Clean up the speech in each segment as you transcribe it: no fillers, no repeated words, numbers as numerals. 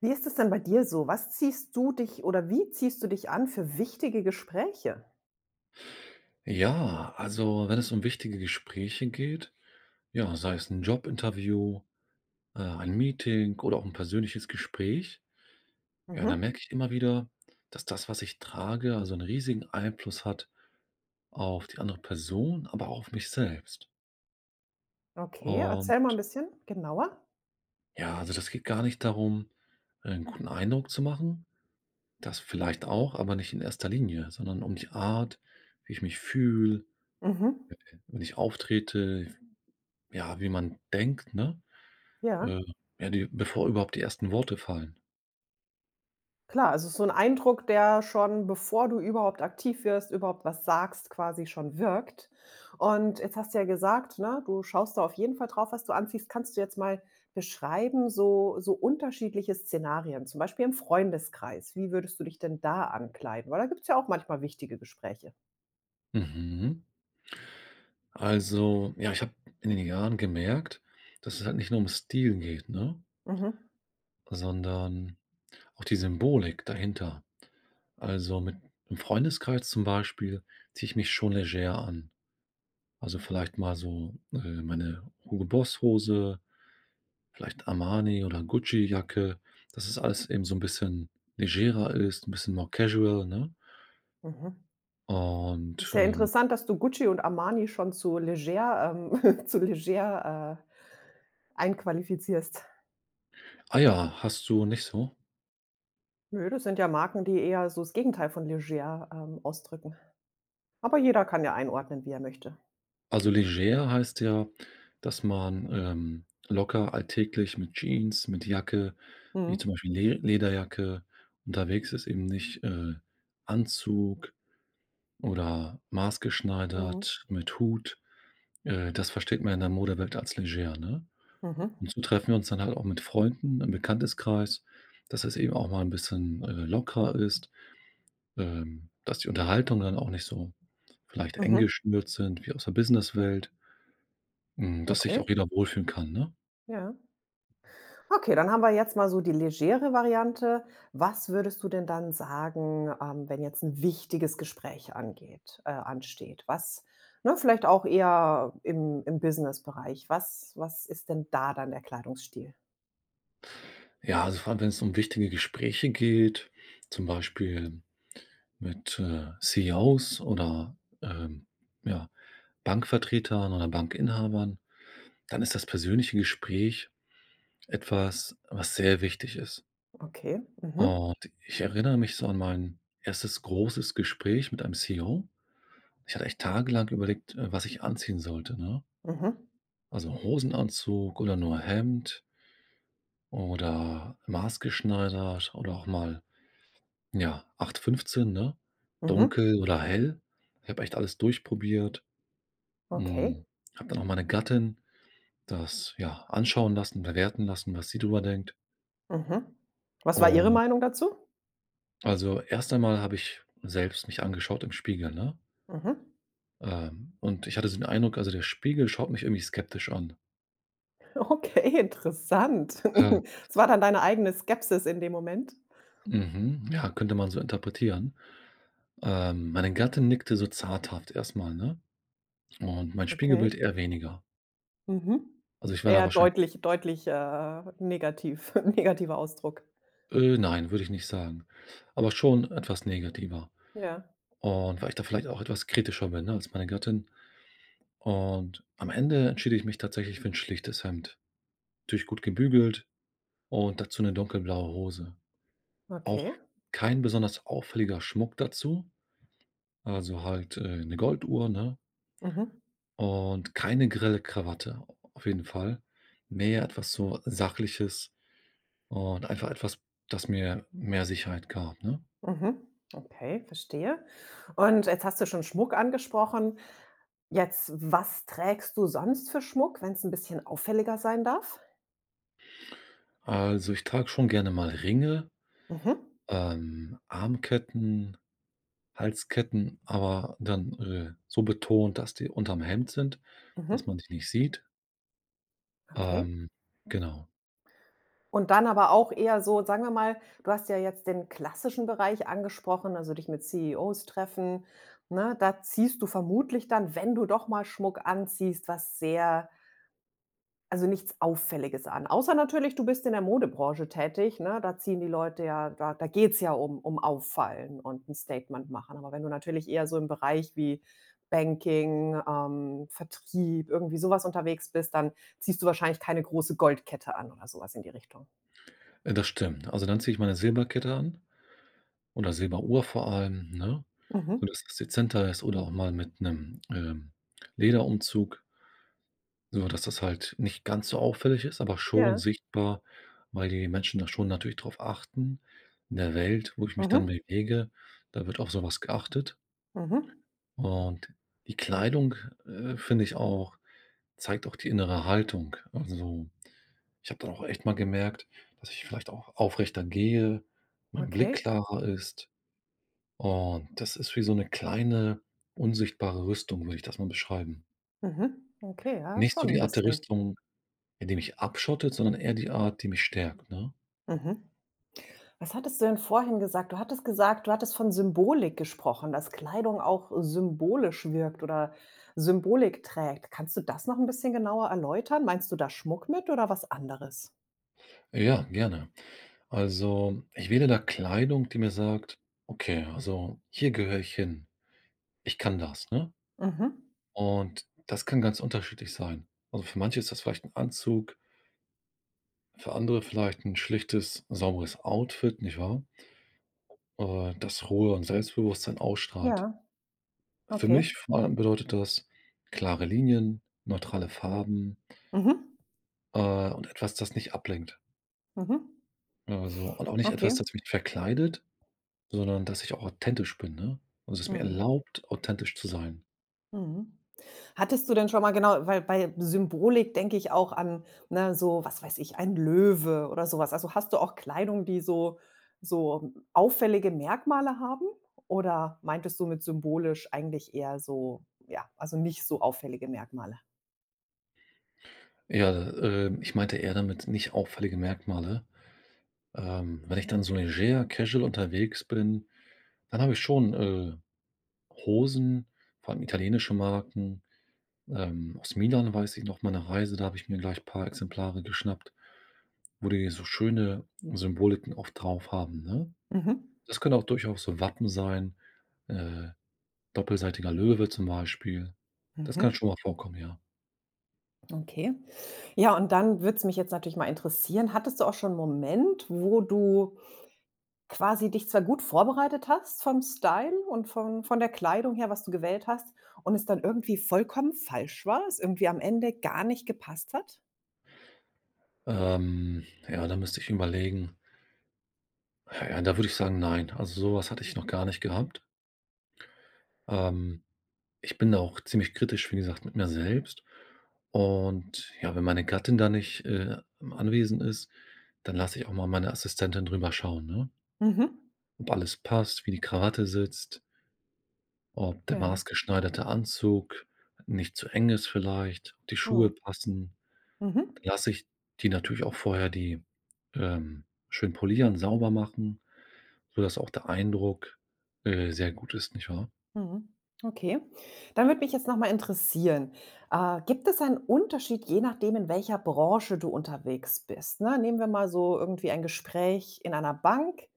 Wie ist es denn bei dir so? Was ziehst du dich oder wie ziehst du dich an für wichtige Gespräche? Ja, also wenn es um wichtige Gespräche geht, ja, sei es ein Jobinterview, ein Meeting oder auch ein persönliches Gespräch, ja, dann Mhm. merke ich immer wieder, dass das, was ich trage, also einen riesigen Einfluss hat auf die andere Person, aber auch auf mich selbst. Okay, erzähl mal Und ein bisschen genauer. ja, also das geht gar nicht darum, einen guten Eindruck zu machen, das vielleicht auch, aber nicht in erster Linie, sondern um die Art, wie ich mich fühle, Mhm. wenn ich auftrete, ja, wie man denkt, ne? Äh, Ja. ja, die bevor überhaupt die ersten Worte fallen. Klar, also so 'n Eindruck, der schon, bevor du überhaupt aktiv wirst, überhaupt was sagst, quasi schon wirkt. Und jetzt hast du ja gesagt, ne, du schaust da auf jeden Fall drauf, was du anziehst. Kannst du jetzt mal beschreiben, so unterschiedliche Szenarien, zum Beispiel im Freundeskreis? Wie würdest du dich denn da ankleiden? Weil da gibt's ja auch manchmal wichtige Gespräche. Mhm. Also, ja, ich habe in den Jahren gemerkt, dass es halt nicht nur um Stil geht, ne, Mhm, sondern auch die Symbolik dahinter. Also, mit im Freundeskreis zum Beispiel ziehe ich mich schon leger an. Also, vielleicht mal so, meine Hugo Boss Hose, vielleicht Armani oder Gucci Jacke, dass es alles eben so ein bisschen legerer ist, ein bisschen more casual, ne? mhm. Ist Und, ja ähm interessant, dass du Gucci und Armani schon zu leger zu leger, einqualifizierst. ah ja, hast du nicht so? Nö, das sind ja Marken, die eher so das Gegenteil von leger, ausdrücken. Aber jeder kann ja einordnen, wie er möchte. Also, leger heißt ja, dass man, locker alltäglich mit Jeans, mit Jacke, wie Mhm. zum Beispiel Le Lederjacke unterwegs ist, eben nicht, Anzug oder Mhm. maßgeschneidert mit Hut. Das versteht man in der Modewelt als leger, ne? Mhm. Und so treffen wir uns dann halt auch mit Freunden im Bekannteskreis, dass es eben auch mal ein bisschen, lockerer ist, dass die Unterhaltungen dann auch nicht so vielleicht eng Mhm. geschnürt sind wie aus der Businesswelt. Mhm, Dass sich Okay, auch jeder wohlfühlen kann, ne? ja. Okay, dann haben wir jetzt mal so die legere Variante. Was würdest du denn dann sagen, wenn jetzt ein wichtiges Gespräch angeht ansteht? Was ne, vielleicht auch eher im bereich Was was ist denn da dann der Kleidungsstil? Ja, also vor allem, wenn es um wichtige Gespräche geht, zum Beispiel mit, CEOs oder, ähm, ja, Bankvertretern oder Bankinhabern, dann ist das persönliche Gespräch etwas, was sehr wichtig ist. Okay. Mhm. Und ich erinnere mich so an mein erstes großes Gespräch mit einem CEO. Ich hatte echt tagelang überlegt, was ich anziehen sollte, ne? Mhm. Also Hosenanzug oder nur Hemd oder maßgeschneidert oder auch mal ja, acht fünfzehn, ne? Mhm. Dunkel oder hell. Ich habe echt alles durchprobiert. Okay. Hm, Habe dann auch meine Gattin das, ja, anschauen lassen, bewerten lassen, was sie drüber denkt. Mhm. Was war Ihre Und Meinung dazu? also, erst einmal habe ich selbst mich angeschaut im Spiegel, ne? Mhm. Und ich hatte so den Eindruck, also, der Spiegel schaut mich irgendwie skeptisch an. Okay, interessant. Äh, Es war dann deine eigene Skepsis in dem Moment? mhm, ja, könnte man so interpretieren. Meine Gattin nickte so zaghaft erstmal, ne? Und mein Spiegelbild Okay. eher weniger. Mhm. Also, ich war da Eher wahrscheinlich. deutlich deutlich, negativ negativer Ausdruck. Nein, würde ich nicht sagen, aber schon etwas negativer Ja, und weil ich da vielleicht auch etwas kritischer bin, ne, als meine Gattin, und am Ende entschied ich mich tatsächlich für ein schlichtes Hemd. Natürlich gut gebügelt und dazu eine dunkelblaue Hose. Auch okay. kein besonders auffälliger Schmuck dazu, also halt, 'ne Golduhr, ne, Mhm. und keine grelle Krawatte auf jeden Fall. Mehr etwas so Sachliches und einfach etwas, das mir mehr Sicherheit gab, ne? Mhm. Okay, verstehe. Und jetzt hast du schon Schmuck angesprochen. Jetzt, was trägst du sonst für Schmuck, wenn es ein bisschen auffälliger sein darf? Also, ich trage schon gerne mal Ringe, Mhm. Armketten, Halsketten, aber dann, so betont, dass die unterm Hemd sind, dass Mhm. man die nicht sieht. Okay. Ähm, genau. Und dann aber auch eher so, sagen wir mal, du hast ja jetzt den klassischen Bereich angesprochen, also dich mit CEOs treffen, ne? Da ziehst du vermutlich dann, wenn du doch mal Schmuck anziehst, was sehr also nichts Auffälliges an. Außer natürlich, du bist in der Modebranche tätig, ne? Da ziehen die Leute ja da geht's ja um Auffallen und ein Statement machen. Aber wenn du natürlich eher so im Bereich wie Banking, Vertrieb, irgendwie sowas unterwegs bist, dann ziehst du wahrscheinlich keine große Goldkette an oder sowas in die Richtung. Das stimmt. Also, dann ziehe ich meine Silberkette an oder Silberuhr vor allem, ne, so Mhm. dass das dezenter ist oder auch mal mit einem Lederumzug, so dass das halt nicht ganz so auffällig ist, aber schon Ja. sichtbar, weil die Menschen da schon natürlich drauf achten. In der Welt, wo ich mich dann Mhm. bewege, da wird auf sowas geachtet. Mhm. Und die Kleidung, finde ich auch, zeigt auch die innere Haltung. Also, ich habe dann auch echt mal gemerkt, dass ich vielleicht auch aufrechter gehe, mein Blick Okay. klarer ist, und das ist wie so eine kleine unsichtbare Rüstung, würde ich das mal beschreiben. Mhm. Okay, ja, Nicht so schon ein die Art der bisschen. Rüstung, ja, die mich abschottet, sondern eher die Art, die mich stärkt, ne? Mhm. Was hattest du denn vorhin gesagt? Du hattest gesagt du hattest von Symbolik gesprochen, dass Kleidung auch symbolisch wirkt oder Symbolik trägt. Kannst du das noch ein bisschen genauer erläutern? Meinst du da Schmuck mit oder was anderes? Ja, gerne. Also, ich wähle da Kleidung, die mir sagt: „Okay, also hier gehöre ich hin. Ich kann das", ne? Mhm. Und das kann ganz unterschiedlich sein. Also, für manche ist das vielleicht ein Anzug, für andere vielleicht ein schlichtes, sauberes Outfit, nicht wahr? Das Ruhe und Selbstbewusstsein ausstrahlt. Ja, Für okay. mich vor allem bedeutet das klare Linien, neutrale Farben, Mhm. Und etwas, das nicht ablenkt. Mhm. Also und auch nicht Okay. etwas, das mich verkleidet, sondern dass ich auch authentisch bin, ne? Also, es mir Mhm. erlaubt, authentisch zu sein. Mhm. Hattest du denn schon mal genau weil bei Symbolik denke ich auch an, ne, so, was weiß ich, ein Löwe oder sowas. Also, hast du auch Kleidung, die so so auffällige Merkmale haben? Oder meintest du mit symbolisch eigentlich eher so ja, also nicht so auffällige Merkmale? Ja, ich meinte eher damit nicht auffällige Merkmale. Wenn ich dann so leger, casual unterwegs bin, dann habe ich schon, Hosen, vor allem italienische Marken. Aus Milan weiß ich noch, meine Reise, da habe ich mir gleich ein paar Exemplare geschnappt, wo die so schöne Symboliken auch drauf haben, ne? Mhm. Das können auch durchaus so Wappen sein, äh, doppelseitiger Löwe zum Beispiel. Das kann Mhm. schon mal vorkommen, ja. Okay. Ja, und dann würde es mich jetzt natürlich mal interessieren, hattest du auch schon einen Moment, wo du Quasi dich zwar gut vorbereitet hast vom Style und von der Kleidung her, was du gewählt hast und es dann irgendwie vollkommen falsch war, es irgendwie am Ende gar nicht gepasst hat? Ja, da müsste ich überlegen. Ja, ja, da würde ich sagen, nein. Also, sowas hatte ich noch gar nicht gehabt. Ähm Ich bin da auch ziemlich kritisch, wie gesagt, mit mir selbst. Und ja, wenn meine Gattin da nicht, anwesend ist, dann lasse ich auch mal meine Assistentin drüber schauen, ne? Mhm. Ob alles passt, wie die Krawatte sitzt, ob der Ja. maßgeschneiderte Anzug nicht zu eng ist vielleicht, ob die Schuhe Mhm. passen. Dann Mhm. lasse ich die natürlich auch vorher die, ähm, schön polieren, sauber machen, sodass auch der Eindruck, sehr gut ist, nicht wahr? Mhm. Okay. Dann würde mich jetzt noch mal interessieren, gibt es einen Unterschied, je nachdem, in welcher Branche du unterwegs bist, ne? Nehmen wir mal so irgendwie ein Gespräch in einer Bank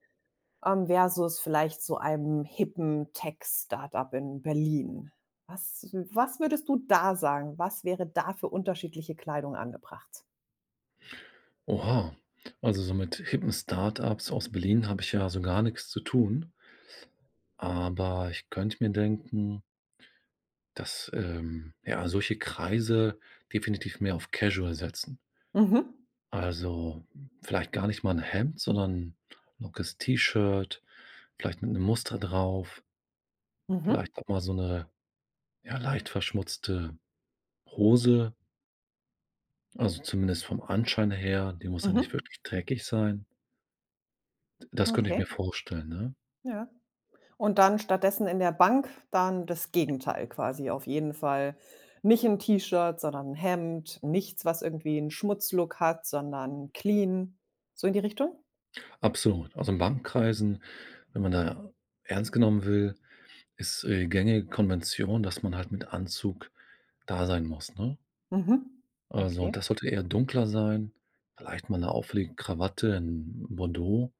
Versus vielleicht so einem hippen Tech-Startup in Berlin. Was was würdest du da sagen? Was wäre da für unterschiedliche Kleidung angebracht? Oha. Also, so mit hippen Startups aus Berlin habe ich ja so gar nichts zu tun, aber ich könnte mir denken, dass, ja, solche Kreise definitiv mehr auf Casual setzen. Mhm. Also, vielleicht gar nicht mal 'n Hemd, sondern ein lockes T-Shirt, vielleicht mit einem Muster drauf, Mhm. vielleicht auch mal so eine ja, leicht verschmutzte Hose, also zumindest vom Anschein her, die muss ja nicht Mhm. wirklich dreckig sein. Das könnte ich Okay, mir vorstellen, ne? ja. Und dann stattdessen in der Bank dann das Gegenteil quasi. Auf jeden Fall nicht ein T-Shirt, sondern 'n Hemd, nichts, was irgendwie 'n Schmutzlook hat, sondern clean. So in die Richtung? Absolut. Also, in Bankenkreisen, wenn man da ernst genommen will, ist, gängige Konvention, dass man halt mit Anzug da sein muss, ne? Mhm. Also, Okay, und das sollte eher dunkler sein, vielleicht mal eine auffällige Krawatte in Bordeaux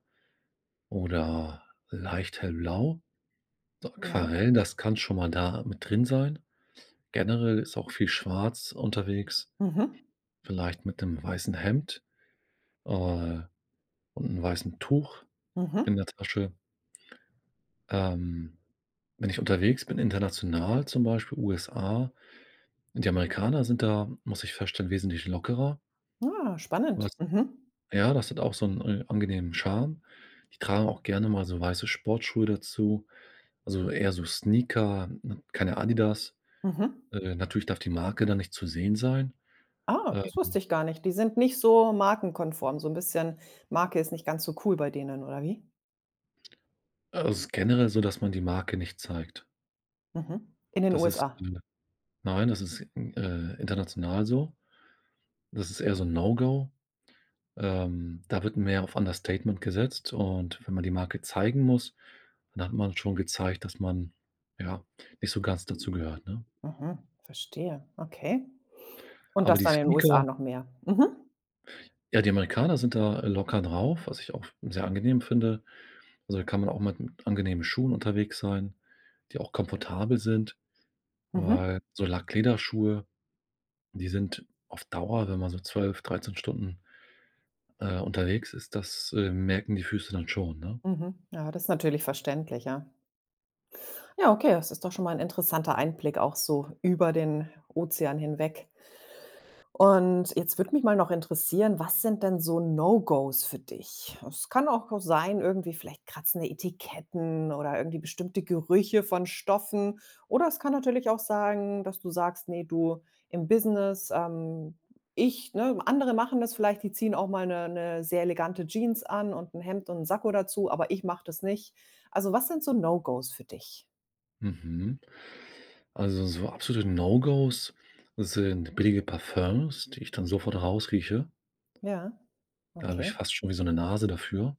oder leicht hellblau. So ja. Aquarell, das kann schon mal da mit drin sein. Generell ist auch viel schwarz unterwegs, Mhm. vielleicht mit einem weißen Hemd, äh, und einem weißen Tuch in Mhm. der Tasche. Ähm, Wenn ich unterwegs bin, international, zum Beispiel USA. Die Amerikaner sind da, muss ich feststellen, wesentlich lockerer. Ah, Was spannend. Mhm. Ja, das hat auch so einen angenehmen Charme. Die tragen auch gerne mal so weiße Sportschuhe dazu, also eher so Sneaker, ne, keine Adidas. Mhm. Natürlich darf die Marke dann nicht zu sehen sein. Ah, Ähm, das wusste ich gar nicht. Die sind nicht so markenkonform, so ein bisschen Marke ist nicht ganz so cool bei denen, oder wie? also, es ist generell so, dass man die Marke nicht zeigt. Mhm. In den Das ist, USA. äh nein, das ist, international so. Das ist eher so ein No-Go. Da wird mehr auf Understatement gesetzt, und wenn man die Marke zeigen muss, dann hat man schon gezeigt, dass man, ja, nicht so ganz dazugehört, ne? Mhm, verstehe. Okay. Und Aber das die dann in den USA Sneaker, noch mehr. Mhm. ja, die Amerikaner sind da locker drauf, was ich auch sehr angenehm finde. Also, da kann man auch mit angenehmen Schuhen unterwegs sein, die auch komfortabel sind, Mhm. weil so Lacklederschuhe, die sind auf Dauer, wenn man so 12, 13 Stunden, unterwegs ist, das, merken die Füße dann schon, ne? Mhm. Ja, das ist natürlich verständlich, ja. Ja, okay, das ist doch schon mal ein interessanter Einblick auch so über den Ozean hinweg. Und jetzt würde mich mal noch interessieren, was sind denn so No-Gos für dich? Es kann auch so sein, irgendwie vielleicht kratzende Etiketten oder irgendwie bestimmte Gerüche von Stoffen. Oder es kann natürlich auch sagen, dass du sagst, nee, du im Business, ich, ne, andere machen das vielleicht, die ziehen auch mal eine sehr elegante Jeans an und ein Hemd und einen Sakko dazu, aber ich mache das nicht. Also was sind so No-Gos für dich? Mhm. Also, so absolute No-Gos sind billige Parfums, die ich dann sofort rausrieche. Ja, Da habe ich okay. fast schon wie so 'ne Nase dafür.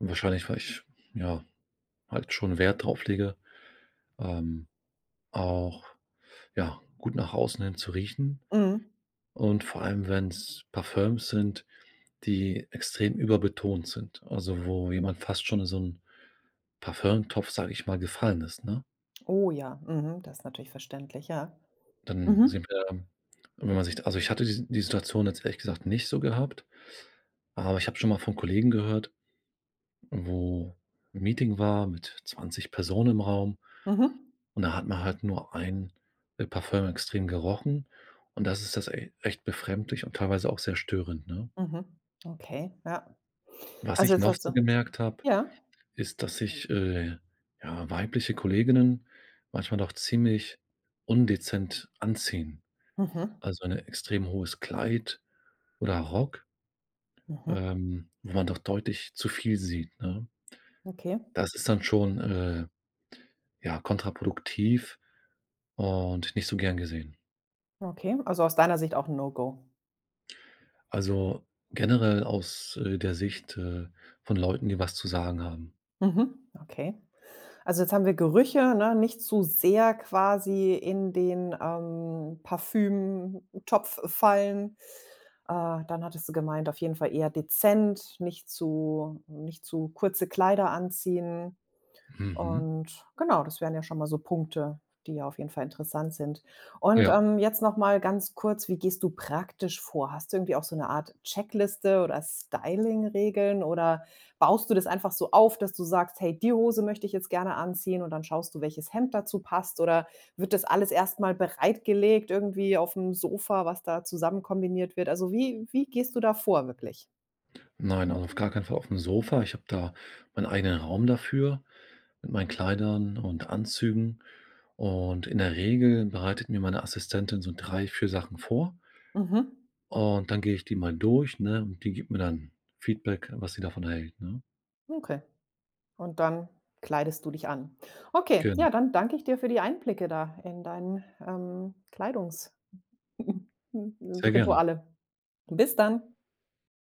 Wahrscheinlich, weil ich, ja, halt schon Wert drauf lege, ähm, auch, ja, gut nach außen hin zu riechen, Mhm. und vor allem, wenn's Parfums sind, die extrem überbetont sind, also, wo jemand fast schon in so 'n Parfümtopf, sage ich mal, gefallen ist, ne? Oh ja, mhm, das ist natürlich verständlich, ja. Dann sind Mhm. wir wenn man sich also, ich hatte die Situation jetzt ehrlich gesagt nicht so gehabt, aber ich habe schon mal von Kollegen gehört, wo 'n Meeting war mit 20 Personen im Raum, Mhm, und da hat man halt nur ein, Parfüm extrem gerochen, und das ist das e echt befremdlich und teilweise auch sehr störend, ne? mhm. Okay, ja. Was Also, ich jetzt noch hast so du gemerkt habe, ja. ist, dass sich, ja, weibliche Kolleginnen manchmal doch ziemlich undezent anziehen. Mhm, Also, 'ne extrem hohes Kleid oder Rock, mhm. Wo man doch deutlich zu viel sieht, ne? Okay, Das ist dann schon, ja, kontraproduktiv und nicht so gern gesehen. okay. Also, aus deiner Sicht auch 'n No-Go. Also, generell aus, der Sicht, von Leuten, die was zu sagen haben. Mhm, okay. Also, jetzt haben wir Gerüche, ne, nicht zu sehr quasi in den, Parfümtopf fallen. Dann hattest du gemeint, auf jeden Fall eher dezent, nicht zu kurze Kleider anziehen. Mhm. Und genau, das wären ja schon mal so Punkte, die ja auf jeden Fall interessant sind. Und, Ja. Jetzt noch mal ganz kurz, wie gehst du praktisch vor? Hast du irgendwie auch so eine Art Checkliste oder Styling-Regeln oder baust du das einfach so auf, dass du sagst: „Hey, die Hose möchte ich jetzt gerne anziehen“ und dann schaust du, welches Hemd dazu passt? Oder wird das alles erst mal bereitgelegt irgendwie auf dem Sofa, was da zusammen kombiniert wird? Also, wie gehst du da vor wirklich? Nein, also auf gar keinen Fall auf dem Sofa. Ich habe da meinen eigenen Raum dafür mit meinen Kleidern und Anzügen, und in der Regel bereitet mir meine Assistentin so 3 4 Sachen vor. Mhm. Und dann gehe ich die mal durch, ne, und die gibt mir dann Feedback, was sie davon hält, ne? Okay. Und dann kleidest du dich an. Okay, Gerne, ja, dann danke ich dir für die Einblicke da in dein, Kleidungs sehr gerne. Rituale. Bis dann.